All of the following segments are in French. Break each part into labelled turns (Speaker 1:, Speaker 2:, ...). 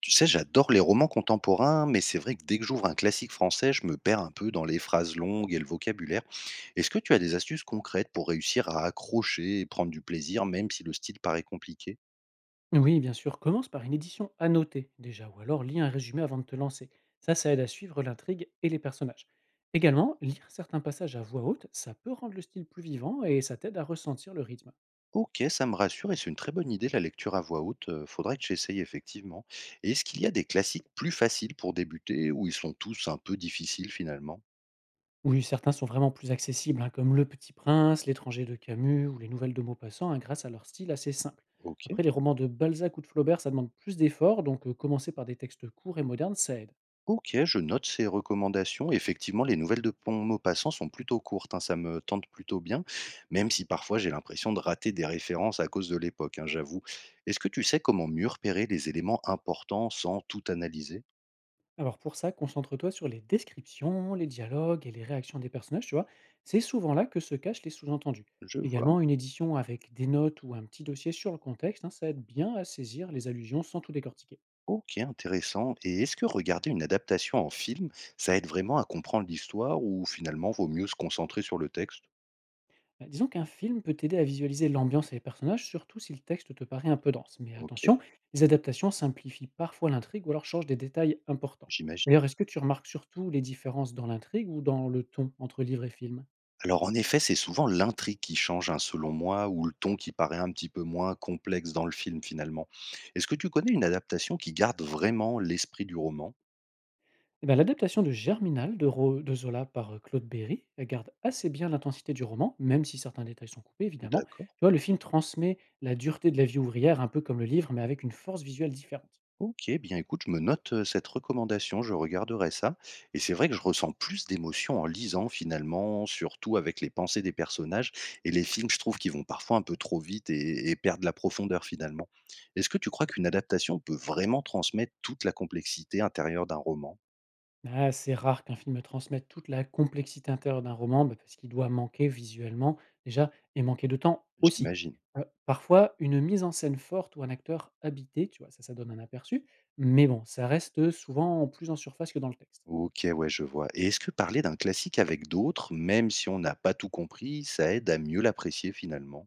Speaker 1: Tu sais, j'adore les romans contemporains, mais c'est vrai que dès que j'ouvre un classique français, je me perds un peu dans les phrases longues et le vocabulaire. Est-ce que tu as des astuces concrètes pour réussir à accrocher et prendre du plaisir, même si le style paraît compliqué.
Speaker 2: Oui, bien sûr. Commence par une édition annotée déjà, ou alors lis un résumé avant de te lancer. Ça aide à suivre l'intrigue et les personnages. Également, lire certains passages à voix haute, ça peut rendre le style plus vivant et ça t'aide à ressentir le rythme.
Speaker 1: Ok, ça me rassure et c'est une très bonne idée la lecture à voix haute. Faudrait que j'essaye effectivement. Et est-ce qu'il y a des classiques plus faciles pour débuter ou ils sont tous un peu difficiles finalement.
Speaker 2: Oui, certains sont vraiment plus accessibles, hein, comme Le Petit Prince, L'étranger de Camus ou les nouvelles de Maupassant, hein, grâce à leur style assez simple.
Speaker 1: Ok.
Speaker 2: Après, les romans de Balzac ou de Flaubert, ça demande plus d'efforts, donc commencer par des textes courts et modernes, ça aide.
Speaker 1: OK, je note ces recommandations. Effectivement, les nouvelles de Pont Maupassant sont plutôt courtes, hein, ça me tente plutôt bien, même si parfois j'ai l'impression de rater des références à cause de l'époque, hein, j'avoue. Est-ce que tu sais comment mieux repérer les éléments importants sans tout analyser.
Speaker 2: Alors pour ça, concentre-toi sur les descriptions, les dialogues et les réactions des personnages, tu vois. C'est souvent là que se cachent les sous-entendus.
Speaker 1: Je vois.
Speaker 2: Également, une édition avec des notes ou un petit dossier sur le contexte, hein, ça aide bien à saisir les allusions sans tout décortiquer.
Speaker 1: Ok, intéressant. Et est-ce que regarder une adaptation en film, ça aide vraiment à comprendre l'histoire ou finalement vaut mieux se concentrer sur le texte.
Speaker 2: Bah, disons qu'un film peut t'aider à visualiser l'ambiance et les personnages, surtout si le texte te paraît un peu dense. Mais
Speaker 1: Ok,
Speaker 2: attention, les adaptations simplifient parfois l'intrigue ou alors changent des détails importants.
Speaker 1: j'imagine.
Speaker 2: D'ailleurs, est-ce que tu remarques surtout les différences dans l'intrigue ou dans le ton entre livre et film?
Speaker 1: Alors en effet, c'est souvent l'intrigue qui change, hein, selon moi, ou le ton qui paraît un petit peu moins complexe dans le film finalement. Est-ce que tu connais une adaptation qui garde vraiment l'esprit du roman?
Speaker 2: Eh ben, l'adaptation de Germinal de, de Zola par Claude Berry elle garde assez bien l'intensité du roman, même si certains détails sont coupés, évidemment.
Speaker 1: D'accord.
Speaker 2: Tu vois, le film transmet la dureté de la vie ouvrière, un peu comme le livre, mais avec une force visuelle différente.
Speaker 1: Ok, bien écoute, je me note cette recommandation, je regarderai ça. Et c'est vrai que je ressens plus d'émotion en lisant finalement, surtout avec les pensées des personnages. Et les films, je trouve qu'ils vont parfois un peu trop vite et perdent la profondeur finalement. Est-ce que tu crois qu'une adaptation peut vraiment transmettre toute la complexité intérieure d'un roman?
Speaker 2: Ah, c'est rare qu'un film transmette toute la complexité intérieure d'un roman, bah, parce qu'il doit manquer visuellement, déjà, et manquer de temps aussi.
Speaker 1: J'imagine.
Speaker 2: Parfois, une mise en scène forte ou un acteur habité, tu vois, ça donne un aperçu, mais bon, ça reste souvent plus en surface que dans le texte.
Speaker 1: OK, ouais, je vois. Et est-ce que parler d'un classique avec d'autres, même si on n'a pas tout compris, ça aide à mieux l'apprécier finalement?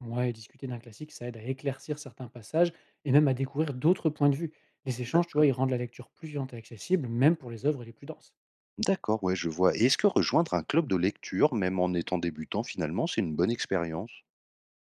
Speaker 2: Ouais, discuter d'un classique, ça aide à éclaircir certains passages et même à découvrir d'autres points de vue. Les échanges, tu
Speaker 1: D'accord.
Speaker 2: vois, ils rendent la lecture plus vivante et accessible, même pour les œuvres les plus denses.
Speaker 1: D'accord, ouais, je vois. Et est-ce que rejoindre un club de lecture, même en étant débutant, finalement, c'est une bonne expérience?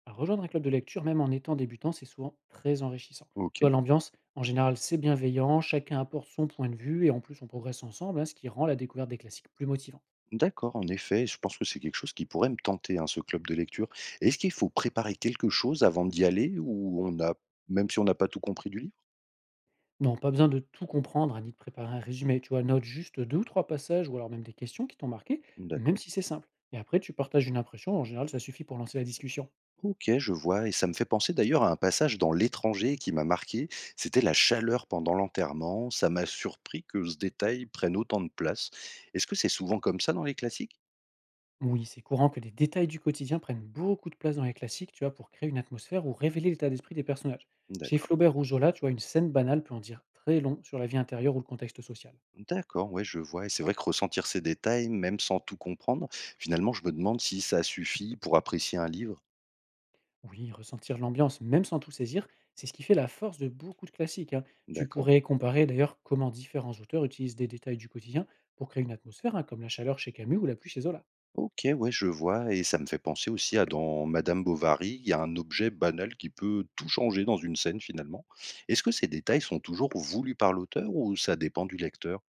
Speaker 2: À rejoindre un club de lecture, même en étant débutant, c'est souvent très enrichissant. Tu
Speaker 1: OK.
Speaker 2: vois, l'ambiance, en général, c'est bienveillant, chacun apporte son point de vue et en plus, on progresse ensemble, hein, ce qui rend la découverte des classiques plus motivante.
Speaker 1: D'accord, en effet, je pense que c'est quelque chose qui pourrait me tenter, hein, ce club de lecture. Est-ce qu'il faut préparer quelque chose avant d'y aller ou on a, même si on n'a pas tout compris du livre?
Speaker 2: Non, pas besoin de tout comprendre, hein, ni de préparer un résumé. Tu vois, note juste deux ou trois passages ou alors même des questions qui t'ont marqué, même
Speaker 1: D'accord.
Speaker 2: si c'est simple. Et après, tu partages une impression, en général, ça suffit pour lancer la discussion.
Speaker 1: OK, je vois et ça me fait penser d'ailleurs à un passage dans «L'étranger» qui m'a marqué. C'était la chaleur pendant l'enterrement, ça m'a surpris que ce détail prenne autant de place. Est-ce que c'est souvent comme ça dans les classiques?
Speaker 2: Oui, c'est courant que les détails du quotidien prennent beaucoup de place dans les classiques, tu vois, pour créer une atmosphère ou révéler l'état d'esprit des personnages. Chez
Speaker 1: D'accord.
Speaker 2: Flaubert ou Zola, tu vois, une scène banale peut en dire très long sur la vie intérieure ou le contexte social.
Speaker 1: D'accord, ouais, je vois et c'est vrai que ressentir ces détails, même sans tout comprendre, finalement, je me demande si ça suffit pour apprécier un livre.
Speaker 2: Oui, ressentir l'ambiance, même sans tout saisir, c'est ce qui fait la force de beaucoup de classiques, hein. Tu
Speaker 1: D'accord.
Speaker 2: pourrais comparer d'ailleurs comment différents auteurs utilisent des détails du quotidien pour créer une atmosphère, hein, comme la chaleur chez Camus ou la pluie chez Zola.
Speaker 1: OK, ouais, je vois et ça me fait penser aussi à dans Madame Bovary, il y a un objet banal qui peut tout changer dans une scène finalement. Est-ce que ces détails sont toujours voulus par l'auteur ou ça dépend du lecteur?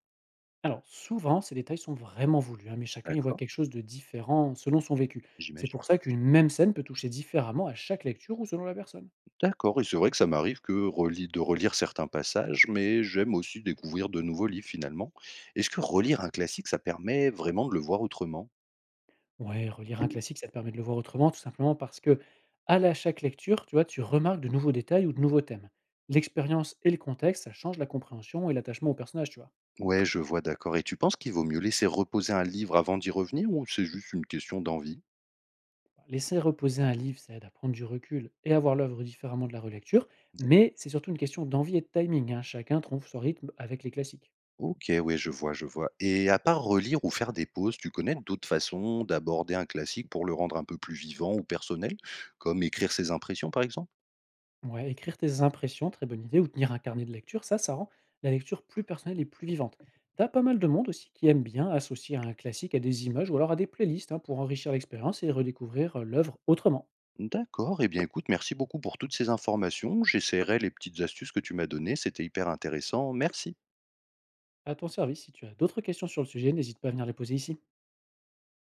Speaker 2: Alors, souvent, ces détails sont vraiment voulus, hein, mais chacun y voit
Speaker 1: D'accord,
Speaker 2: quelque chose de différent selon son vécu. C'est
Speaker 1: j'imagine.
Speaker 2: pour ça qu'une même scène peut toucher différemment à chaque lecture ou selon la personne.
Speaker 1: D'accord et c'est vrai que ça m'arrive que relire certains passages, mais j'aime aussi découvrir de nouveaux livres finalement. Est-ce que relire un classique, ça permet vraiment de le voir autrement?
Speaker 2: Ouais, relire un classique, ça te permet de le voir autrement, tout simplement parce que à la chaque lecture, tu vois, tu remarques de nouveaux détails ou de nouveaux thèmes. L'expérience et le contexte, ça change la compréhension et l'attachement au personnage, tu vois.
Speaker 1: Ouais, je vois, d'accord. Et tu penses qu'il vaut mieux laisser reposer un livre avant d'y revenir ou c'est juste une question d'envie?
Speaker 2: Laisser reposer un livre, ça aide à prendre du recul et à voir l'œuvre différemment de la relecture, mais c'est surtout une question d'envie et de timing, hein. Chacun trouve son rythme avec les classiques.
Speaker 1: OK, oui, je vois, je vois. Et à part relire ou faire des pauses, tu connais d'autres façons d'aborder un classique pour le rendre un peu plus vivant ou personnel, comme écrire ses impressions par exemple?
Speaker 2: Ouais, écrire tes impressions, très bonne idée, ou tenir un carnet de lecture, ça rend la lecture plus personnelle et plus vivante. T'as pas mal de monde aussi qui aime bien associer un classique à des images ou alors à des playlists, hein, pour enrichir l'expérience et redécouvrir l'œuvre autrement.
Speaker 1: D'accord, eh bien écoute, merci beaucoup pour toutes ces informations. J'essaierai les petites astuces que tu m'as données, c'était hyper intéressant. Merci.
Speaker 2: À ton service, si tu as d'autres questions sur le sujet, n'hésite pas à venir les poser ici.